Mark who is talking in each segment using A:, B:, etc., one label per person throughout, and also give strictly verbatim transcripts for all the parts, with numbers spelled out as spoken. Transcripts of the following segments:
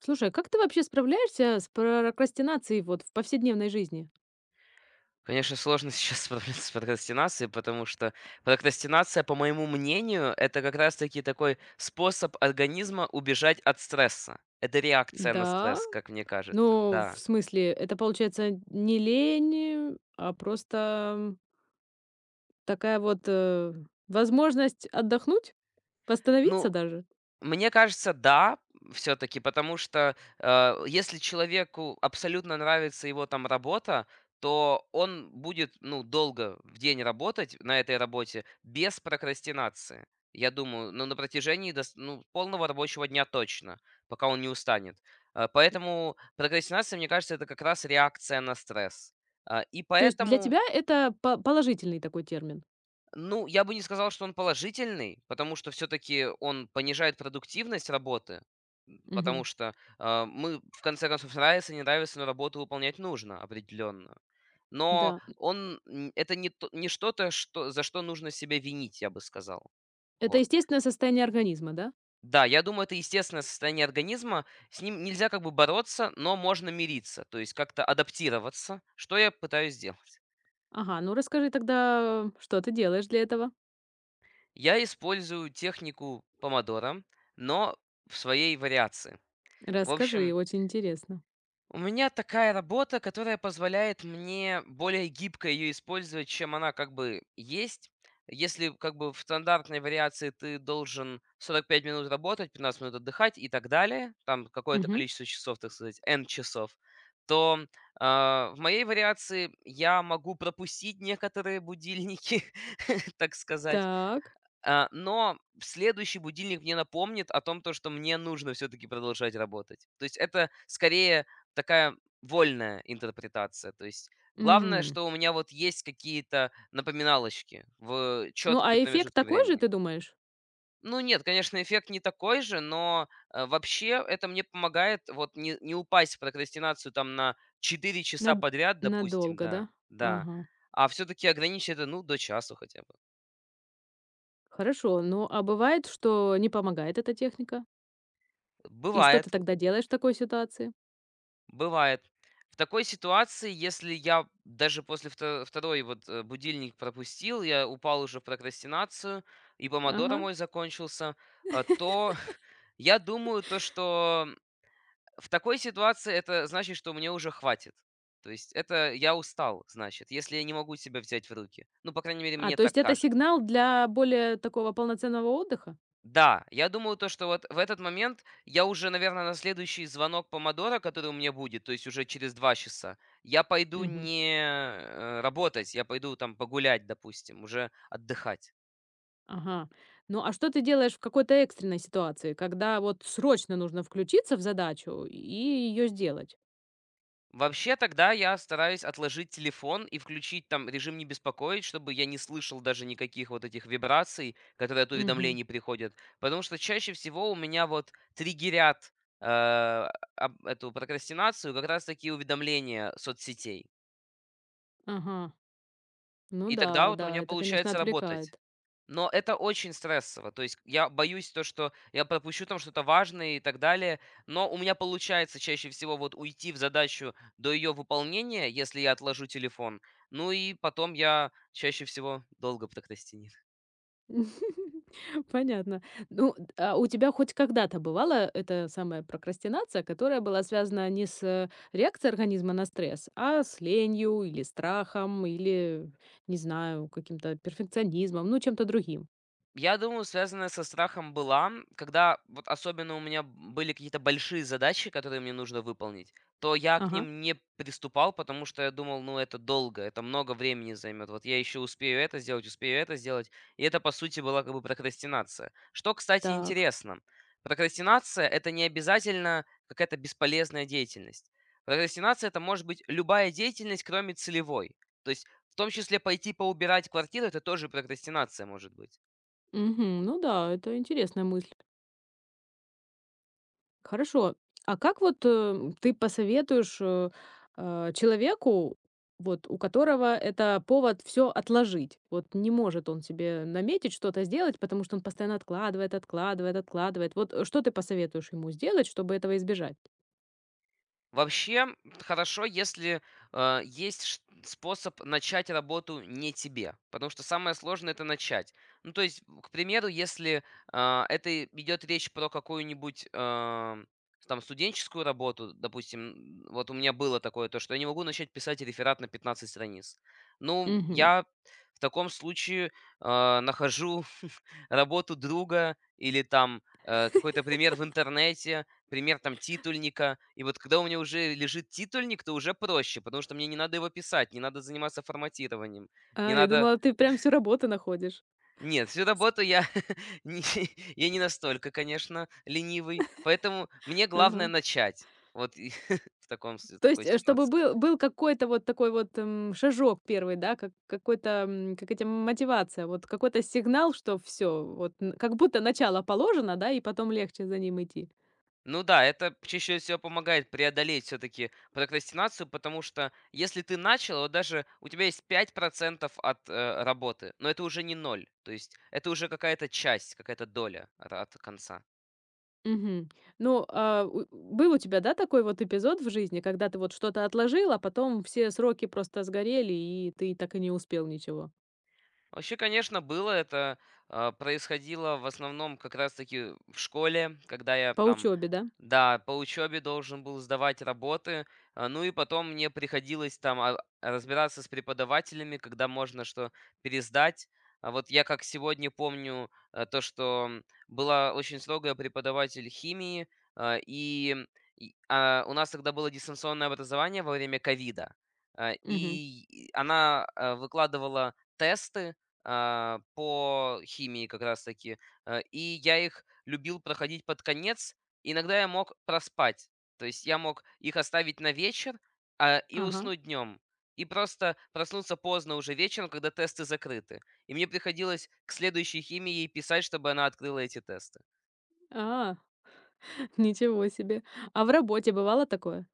A: Слушай, а как ты вообще справляешься с прокрастинацией вот в повседневной жизни?
B: Конечно, сложно сейчас справляться с прокрастинацией, потому что прокрастинация, по моему мнению, это как раз-таки такой способ организма убежать от стресса. Это реакция на
A: Да.
B: стресс, как мне кажется,
A: Но
B: да.
A: в смысле, это получается не лень, а просто такая вот, э, возможность отдохнуть,
B: Ну,
A: восстановиться даже?
B: мне кажется, да, все-таки, потому что э, если человеку абсолютно нравится его там работа, то он будет, ну, долго в день работать на этой работе без прокрастинации. Я думаю, ну, на протяжении дос- ну, полного рабочего дня точно, пока он не устанет. Э, Поэтому прокрастинация, мне кажется, это как раз реакция на стресс. Э, И
A: То есть для
B: поэтому
A: тебя это по положительный такой термин?
B: ну, я бы не сказал, что он положительный, потому что все-таки он понижает продуктивность работы, м, потому
A: Мгм.
B: что а, мы, в конце концов, нравится, не нравится, но работу выполнять нужно определенно. Но
A: Да.
B: он н- это не, то- не что-то, что, за что нужно себя винить, я бы сказал.
A: Это
B: Вот.
A: естественное состояние организма, да?
B: Да, я думаю, это естественное состояние организма. С ним нельзя как бы бороться, но можно мириться, то есть как-то адаптироваться, что я пытаюсь сделать.
A: Ага, ну расскажи тогда, что ты делаешь для этого?
B: Я использую технику помодоро, но в своей вариации. В
A: Расскажи,
B: общем,
A: очень интересно.
B: у меня такая работа, которая позволяет мне более гибко ее использовать, чем она как бы есть. Если как бы в стандартной вариации ты должен сорок пять минут работать, пятнадцать минут отдыхать и так далее, там какое-то
A: Мгм.
B: количество часов, так сказать, эн часов, то а, в моей вариации я могу пропустить некоторые будильники, так сказать,
A: Так.
B: а, но следующий будильник мне напомнит о том, то, что мне нужно все-таки продолжать работать. То есть это скорее такая вольная интерпретация. То есть главное, что у меня вот есть какие-то напоминалочки в
A: Ну, а
B: четкие
A: эффект
B: промежутки
A: такой же,
B: времени.
A: ты думаешь?
B: Ну нет, конечно, эффект не такой же, но э, вообще это мне помогает вот не, не упасть в прокрастинацию там на четыре часа
A: Над
B: подряд, допустим,
A: Надолго, да?
B: да, да.
A: Ага.
B: А все-таки ограничить это, ну, до часу хотя бы.
A: Хорошо. Ну, а бывает, что не помогает эта техника? И что ты
B: Бывает.
A: тогда делаешь в такой ситуации?
B: Бывает. В такой ситуации, если я даже после вто- второй вот э, будильник пропустил, я упал уже в прокрастинацию, и помодоро
A: Ага.
B: мой закончился, а, то я думаю то, что в такой ситуации это значит, что мне уже хватит. То есть это я устал, значит, если я не могу себя взять в руки. Ну, по крайней мере,
A: А,
B: мне
A: то
B: так
A: есть это
B: кажется.
A: сигнал для более такого полноценного отдыха?
B: Да, я думаю, то, что вот в этот момент я уже, наверное, на следующий звонок помодора, который у меня будет, то есть уже через два часа, я пойду
A: Мгм.
B: не э, работать, я пойду там погулять, допустим, уже отдыхать.
A: Ага. Ну, а что ты делаешь в какой-то экстренной ситуации, когда вот срочно нужно включиться в задачу и ее сделать?
B: Вообще тогда я стараюсь отложить телефон и включить там режим не беспокоить, чтобы я не слышал даже никаких вот этих вибраций, которые от
A: Мгм.
B: уведомлений приходят. Потому что чаще всего у меня вот триггерят э, об- эту прокрастинацию как раз такие уведомления соцсетей.
A: Ага. Ну
B: И тогда
A: да,
B: вот у
A: да,
B: меня
A: это, конечно,
B: получается работать.
A: отвлекает.
B: Но это очень стрессово. То есть я боюсь то, что я пропущу там что-то важное и так далее. Но у меня получается чаще всего вот уйти в задачу до ее выполнения, если я отложу телефон. Ну и потом я чаще всего долго прокрастинирую.
A: Понятно. Ну, д а у тебя хоть когда-то бывала эта самая прокрастинация, которая была связана не с, э, реакцией организма на стресс, а с ленью или страхом, или, не знаю, каким-то перфекционизмом, ну, чем-то другим?
B: Я думаю, связанная со страхом была, когда вот особенно у меня были какие-то большие задачи, которые мне нужно выполнить, то я к
A: Ага,
B: ним не приступал, потому что я думал, ну это долго, это много времени займет. Вот я еще успею это сделать, успею это сделать. И это, по сути, была как бы прокрастинация. Что, кстати,
A: так.
B: интересно. Прокрастинация— это не обязательно какая-то бесполезная деятельность. Прокрастинация— это может быть любая деятельность, кроме целевой. То есть в том числе пойти поубирать квартиру, это тоже прокрастинация может быть.
A: Мгм. Ну да, это интересная мысль. Хорошо. А как вот, э, ты посоветуешь, э, э, человеку, вот у которого это повод все отложить? Вот не может он себе наметить что-то сделать, потому что он постоянно откладывает, откладывает, откладывает. Вот, э, что ты посоветуешь ему сделать, чтобы этого избежать?
B: Вообще, хорошо, если, э, есть ш способ начать работу не тебе, потому что самое сложное — это начать. Ну, то есть, к примеру, если, а, это идет речь про какую-нибудь, а, там студенческую работу, допустим, м, вот у меня было такое, то, что я не могу начать писать реферат на пятнадцать страниц. Ну,
A: Мгм.
B: я в таком случае, а, нахожу работу друга или там, э, какой-то пример в интернете, пример там титульника. И вот когда у меня уже лежит титульник, то уже проще, потому что мне не надо его писать, не надо заниматься форматированием, не
A: А, я
B: надо...
A: думала, ты прям всю работу находишь.
B: Нет, всю работу я не, я не настолько, конечно, ленивый, поэтому мне главное
A: Ага.
B: начать. Вот и в таком, с-
A: То
B: такой
A: есть, э, чтобы
B: ситуации.
A: был был какой-то вот такой вот, м, шажок первый, да, как какой-то, м, как эти, мотивация, вот какой-то сигнал, что все вот н как будто начало положено, да, и потом легче за ним идти.
B: Ну да, это чаще всего помогает преодолеть все-таки прокрастинацию, потому что если ты начал, вот даже у тебя есть пять процентов от э, работы, но это уже не ноль, то есть это уже какая-то часть, какая-то доля от, от конца.
A: Мгм. Ну, а, у был у тебя, да, такой вот эпизод в жизни, когда ты вот что-то отложил, а потом все сроки просто сгорели, и ты так и не успел ничего?
B: Вообще, конечно, было это. а, Происходило в основном как раз-таки в школе, когда я
A: По
B: там,
A: учебе, да?
B: да, по учебе должен был сдавать работы. а, Ну и потом мне приходилось там а, разбираться с преподавателями, когда можно что пересдать. А вот я как сегодня помню а, то, что м, была очень строгая преподаватель химии, а, и и, а, у нас тогда было дистанционное образование во время ковида. А,
A: Мгм.
B: И и она а, выкладывала тесты, а, по химии как раз-таки. Э, И я их любил проходить под конец. Иногда я мог проспать. То есть я мог их оставить на вечер а, и
A: Ага.
B: уснуть днем. И просто проснуться поздно уже вечером, когда тесты закрыты. И мне приходилось к следующей химии ей писать, чтобы она открыла эти тесты.
A: А, ничего себе. А в работе бывало такое?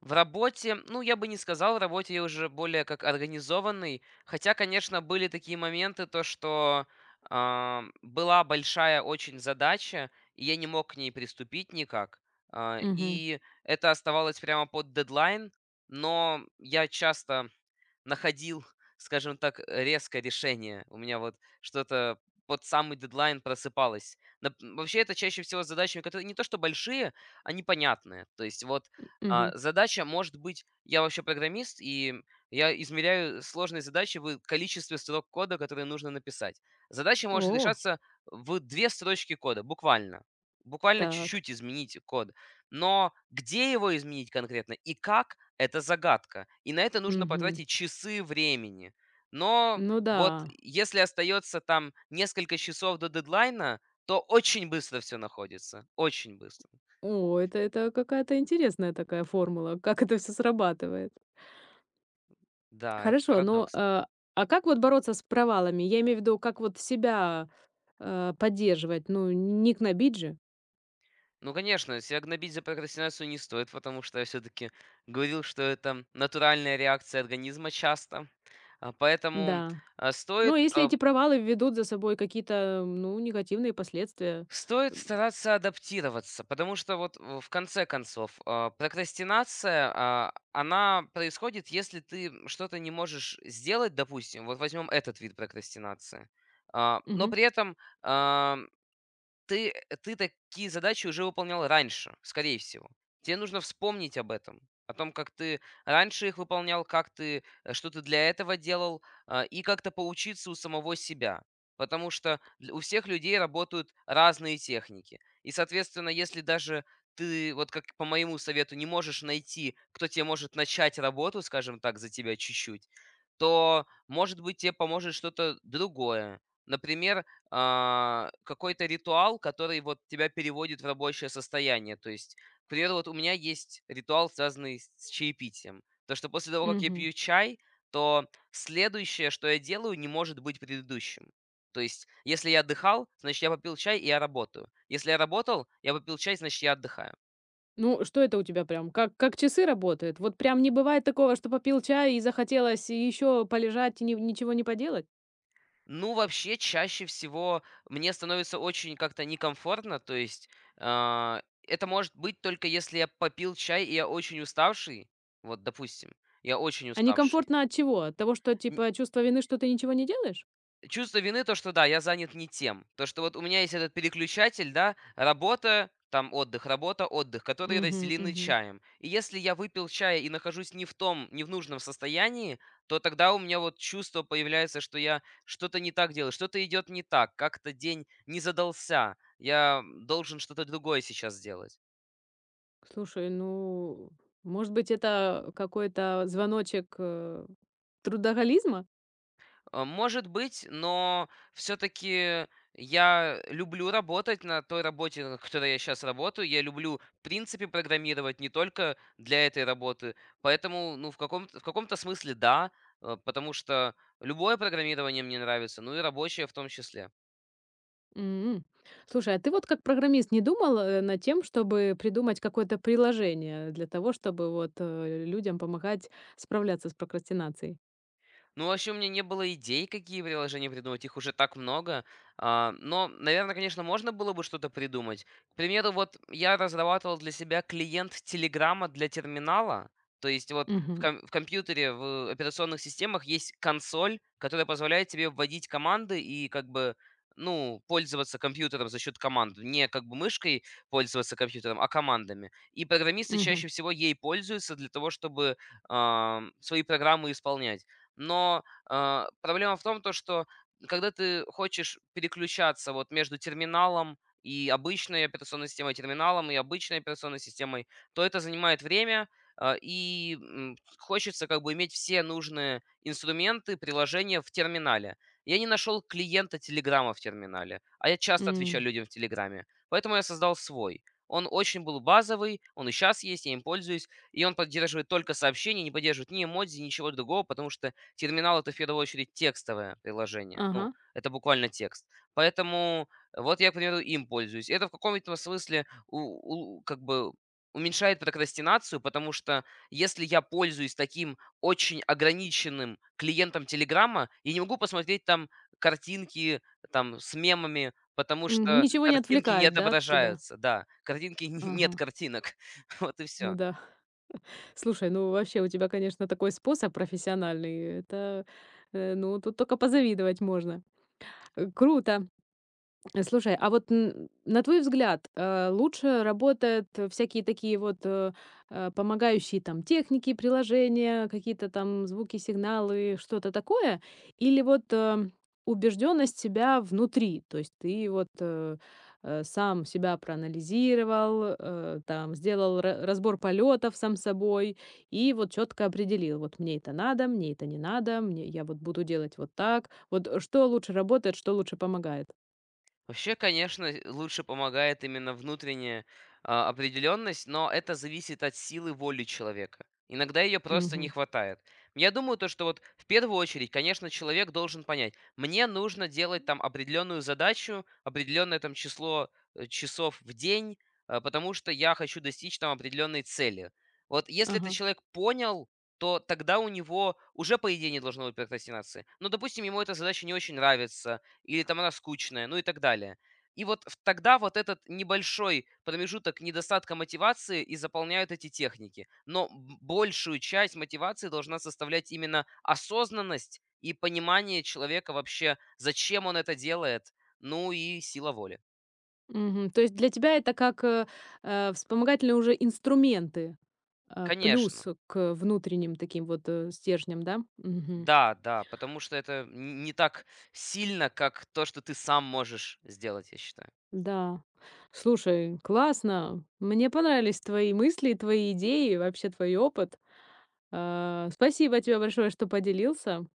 B: В работе, ну, я бы не сказал, в работе я уже более как организованный. Хотя, конечно, были такие моменты, то, что а, была большая очень задача, и я не мог к ней приступить никак. А,
A: Угу. Угу.
B: и это оставалось прямо под дедлайн, но я часто находил, скажем так, резкое решение. У меня вот что-то под самый дедлайн просыпалось. Нап- Вообще это чаще всего с задачами, которые не то что большие, а непонятные. То есть вот а, задача может быть, я вообще программист, и я измеряю сложные задачи в количестве строк кода, которые нужно написать. Задача может
A: О,
B: решаться в две строчки кода, буквально. Буквально
A: так.
B: чуть-чуть изменить код. Но где его изменить конкретно и как, это загадка. И на это нужно
A: Мгм.
B: потратить часы времени. Но
A: Ну да.
B: вот если остается там несколько часов до дедлайна, то очень быстро все находится. Очень быстро.
A: О, это это какая-то интересная такая формула, как это все срабатывает.
B: Да, это
A: Хорошо, но,
B: парадокс.
A: э, а как вот бороться с провалами? Я имею в виду, как вот себя, э, поддерживать, ну, не гнобить же.
B: Ну, конечно, себя гнобить за прокрастинацию не стоит, потому что я все таки говорил, что это натуральная реакция организма часто. А, поэтому,
A: Да.
B: а, стоит,
A: Но если
B: а
A: эти провалы ведут за собой какие-то, ну, негативные последствия.
B: Стоит стараться адаптироваться, потому что вот в в конце концов а, прокрастинация, а, она происходит, если ты что-то не можешь сделать, допустим, вот возьмем этот вид прокрастинации. А, но
A: Мгм,
B: при этом а, ты ты такие задачи уже выполнял раньше, скорее всего. Тебе нужно вспомнить об этом, о том, как ты раньше их выполнял, как ты, э, что ты для этого делал, а, и как-то поучиться у самого себя. Потому что дл- у всех людей работают разные техники. И, соответственно, если даже ты, вот как по моему совету, не можешь найти, кто тебе может начать работу, скажем так, за тебя чуть-чуть, то, может быть, тебе поможет что-то другое. Например, а, какой-то ритуал, который вот тебя переводит в рабочее состояние. То есть, к примеру, вот у меня есть ритуал, связанный с с чаепитием. То, что после того, как я
A: мгм.
B: пью чай, то следующее, что я делаю, не может быть предыдущим. То есть, если я отдыхал, значит, я попил чай, и я работаю. Если я работал, я попил чай, значит, я отдыхаю.
A: Ну, что это у тебя прям? Как как часы работают? Вот прям не бывает такого, что попил чай и захотелось еще полежать и ни ничего не поделать?
B: Ну, вообще, чаще всего мне становится очень как-то некомфортно, то есть а, это может быть только если я попил чай, и я очень уставший, вот, допустим, я очень
A: А
B: уставший.
A: некомфортно от чего? От того, что, типа, чувство вины, что ты ничего не делаешь?
B: Чувство вины, то, что да, я занят не тем. То, что вот у меня есть этот переключатель, да, работа, там отдых, работа, отдых, которые
A: Мгм,
B: разделены
A: мгм.
B: чаем. И если я выпил чая и нахожусь не в том, не в нужном состоянии, то тогда у меня вот чувство появляется, что я что-то не так делаю, что-то идет не так, как-то день не задался, я должен что-то другое сейчас делать.
A: Слушай, ну, может быть, это какой-то звоночек, э, трудоголизма?
B: Э, может быть, но все-таки я люблю работать на той работе, на которой я сейчас работаю. Я люблю, в принципе, программировать не только для этой работы. Поэтому, ну, в каком-то, в каком-то смысле да, э, потому что любое программирование мне нравится, ну и рабочее в том числе.
A: М. Слушай, а ты вот как программист не думал, э, над тем, чтобы придумать какое-то приложение для того, чтобы вот, э, людям помогать справляться с прокрастинацией?
B: Ну, вообще, у меня не было идей, какие приложения придумать, их уже так много. А, но, наверное, конечно, можно было бы что-то придумать. К примеру, вот я разрабатывал для себя клиент Телеграма для терминала. То есть вот в,
A: Мгм,
B: ком- в компьютере, в операционных системах есть консоль, которая позволяет тебе вводить команды и как бы, ну, пользоваться компьютером за счет команд. Не как бы мышкой пользоваться компьютером, а командами. И программисты
A: мгм,
B: чаще всего ей пользуются для того, чтобы ам, свои программы исполнять. Но, а, проблема в том, то что когда ты хочешь переключаться вот между терминалом и обычной операционной системой, терминалом и обычной операционной системой, то это занимает время, а, и, м, хочется как бы иметь все нужные инструменты, приложения в терминале. Я не нашел клиента "Телеграма" в терминале, а я часто отвечаю
A: м.
B: людям в "Телеграме", поэтому я создал свой. Он очень был базовый, он и сейчас есть, я им пользуюсь, и он поддерживает только сообщения, не поддерживает ни эмодзи, ничего другого, потому что терминал это в первую очередь текстовое приложение. Ну,
A: Ага.
B: это буквально текст. Поэтому э, вот я, к примеру, им пользуюсь. Это в каком-то смысле у, у- как бы уменьшает прокрастинацию, потому что если я пользуюсь таким очень ограниченным клиентом Телеграма, я не могу посмотреть там картинки там с мемами, потому
A: М,
B: что
A: ничего не
B: картинки не
A: отвлекает, да, от тебя?
B: отображаются, да, картинки
A: Ага,
B: нет картинок, вот и
A: ну
B: все.
A: да. Слушай, ну вообще у тебя, конечно, такой способ профессиональный. Это, э, ну, тут только позавидовать можно. Э, круто. Э, слушай, а вот н на твой взгляд, э, лучше работают э, всякие такие вот, э, э, помогающие там техники, приложения, какие-то там звуки, сигналы, что-то такое? Или вот, э, убежденность себя внутри? То есть ты вот, э, э, сам себя проанализировал, э, там сделал ра разбор полетов сам собой и вот четко определил: вот мне это надо, мне это не надо, мне я вот буду делать вот так. Вот, э, что лучше работает, что лучше помогает?
B: Вообще, конечно, э, лучше помогает именно внутренняя а, определенность, но это зависит от силы воли человека. Иногда ее просто не
A: Мгм.
B: хватает. Я думаю, то, что вот в первую очередь, конечно, человек должен понять, мне нужно делать там определенную задачу, определенное там число э, часов в день, э, потому что я хочу достичь там определенной цели. Вот если этот
A: Ага.
B: человек понял, то тогда у него уже, по идее, не должно быть прокрастинации. Но, допустим, ему эта задача не очень нравится, или там она скучная, ну и так далее. И вот в тогда вот этот небольшой промежуток недостатка мотивации и заполняют эти техники. Но б большую часть мотивации должна составлять именно осознанность и понимание человека вообще, зачем он это делает, ну и сила воли.
A: Мгм. То есть для тебя это как, э, э, вспомогательные уже инструменты, а,
B: Конечно.
A: плюс к внутренним таким вот, э, стержням, да? Мгм.
B: Да, да, потому что это н не так сильно, как то, что ты сам можешь сделать, я считаю.
A: Да. Слушай, классно. Мне понравились твои мысли, твои идеи, вообще твой опыт. А, спасибо тебе большое, что поделился.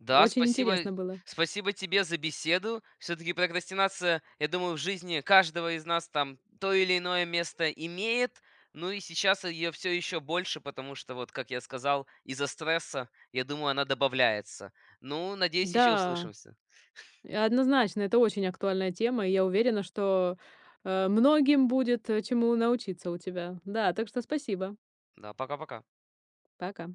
B: Да,
A: Очень
B: спасибо.
A: интересно было.
B: Спасибо тебе за беседу. Все-таки прокрастинация, я думаю, в жизни каждого из нас там то или иное место имеет. Ну и сейчас ее все еще больше, потому что, вот как я сказал, из-за стресса, я думаю, она добавляется. Ну, надеюсь, еще
A: Да,
B: услышимся.
A: и однозначно, это очень актуальная тема, и я уверена, что, э, многим будет, э, чему научиться у тебя. Да, так что спасибо.
B: Да, пока-пока.
A: Пока.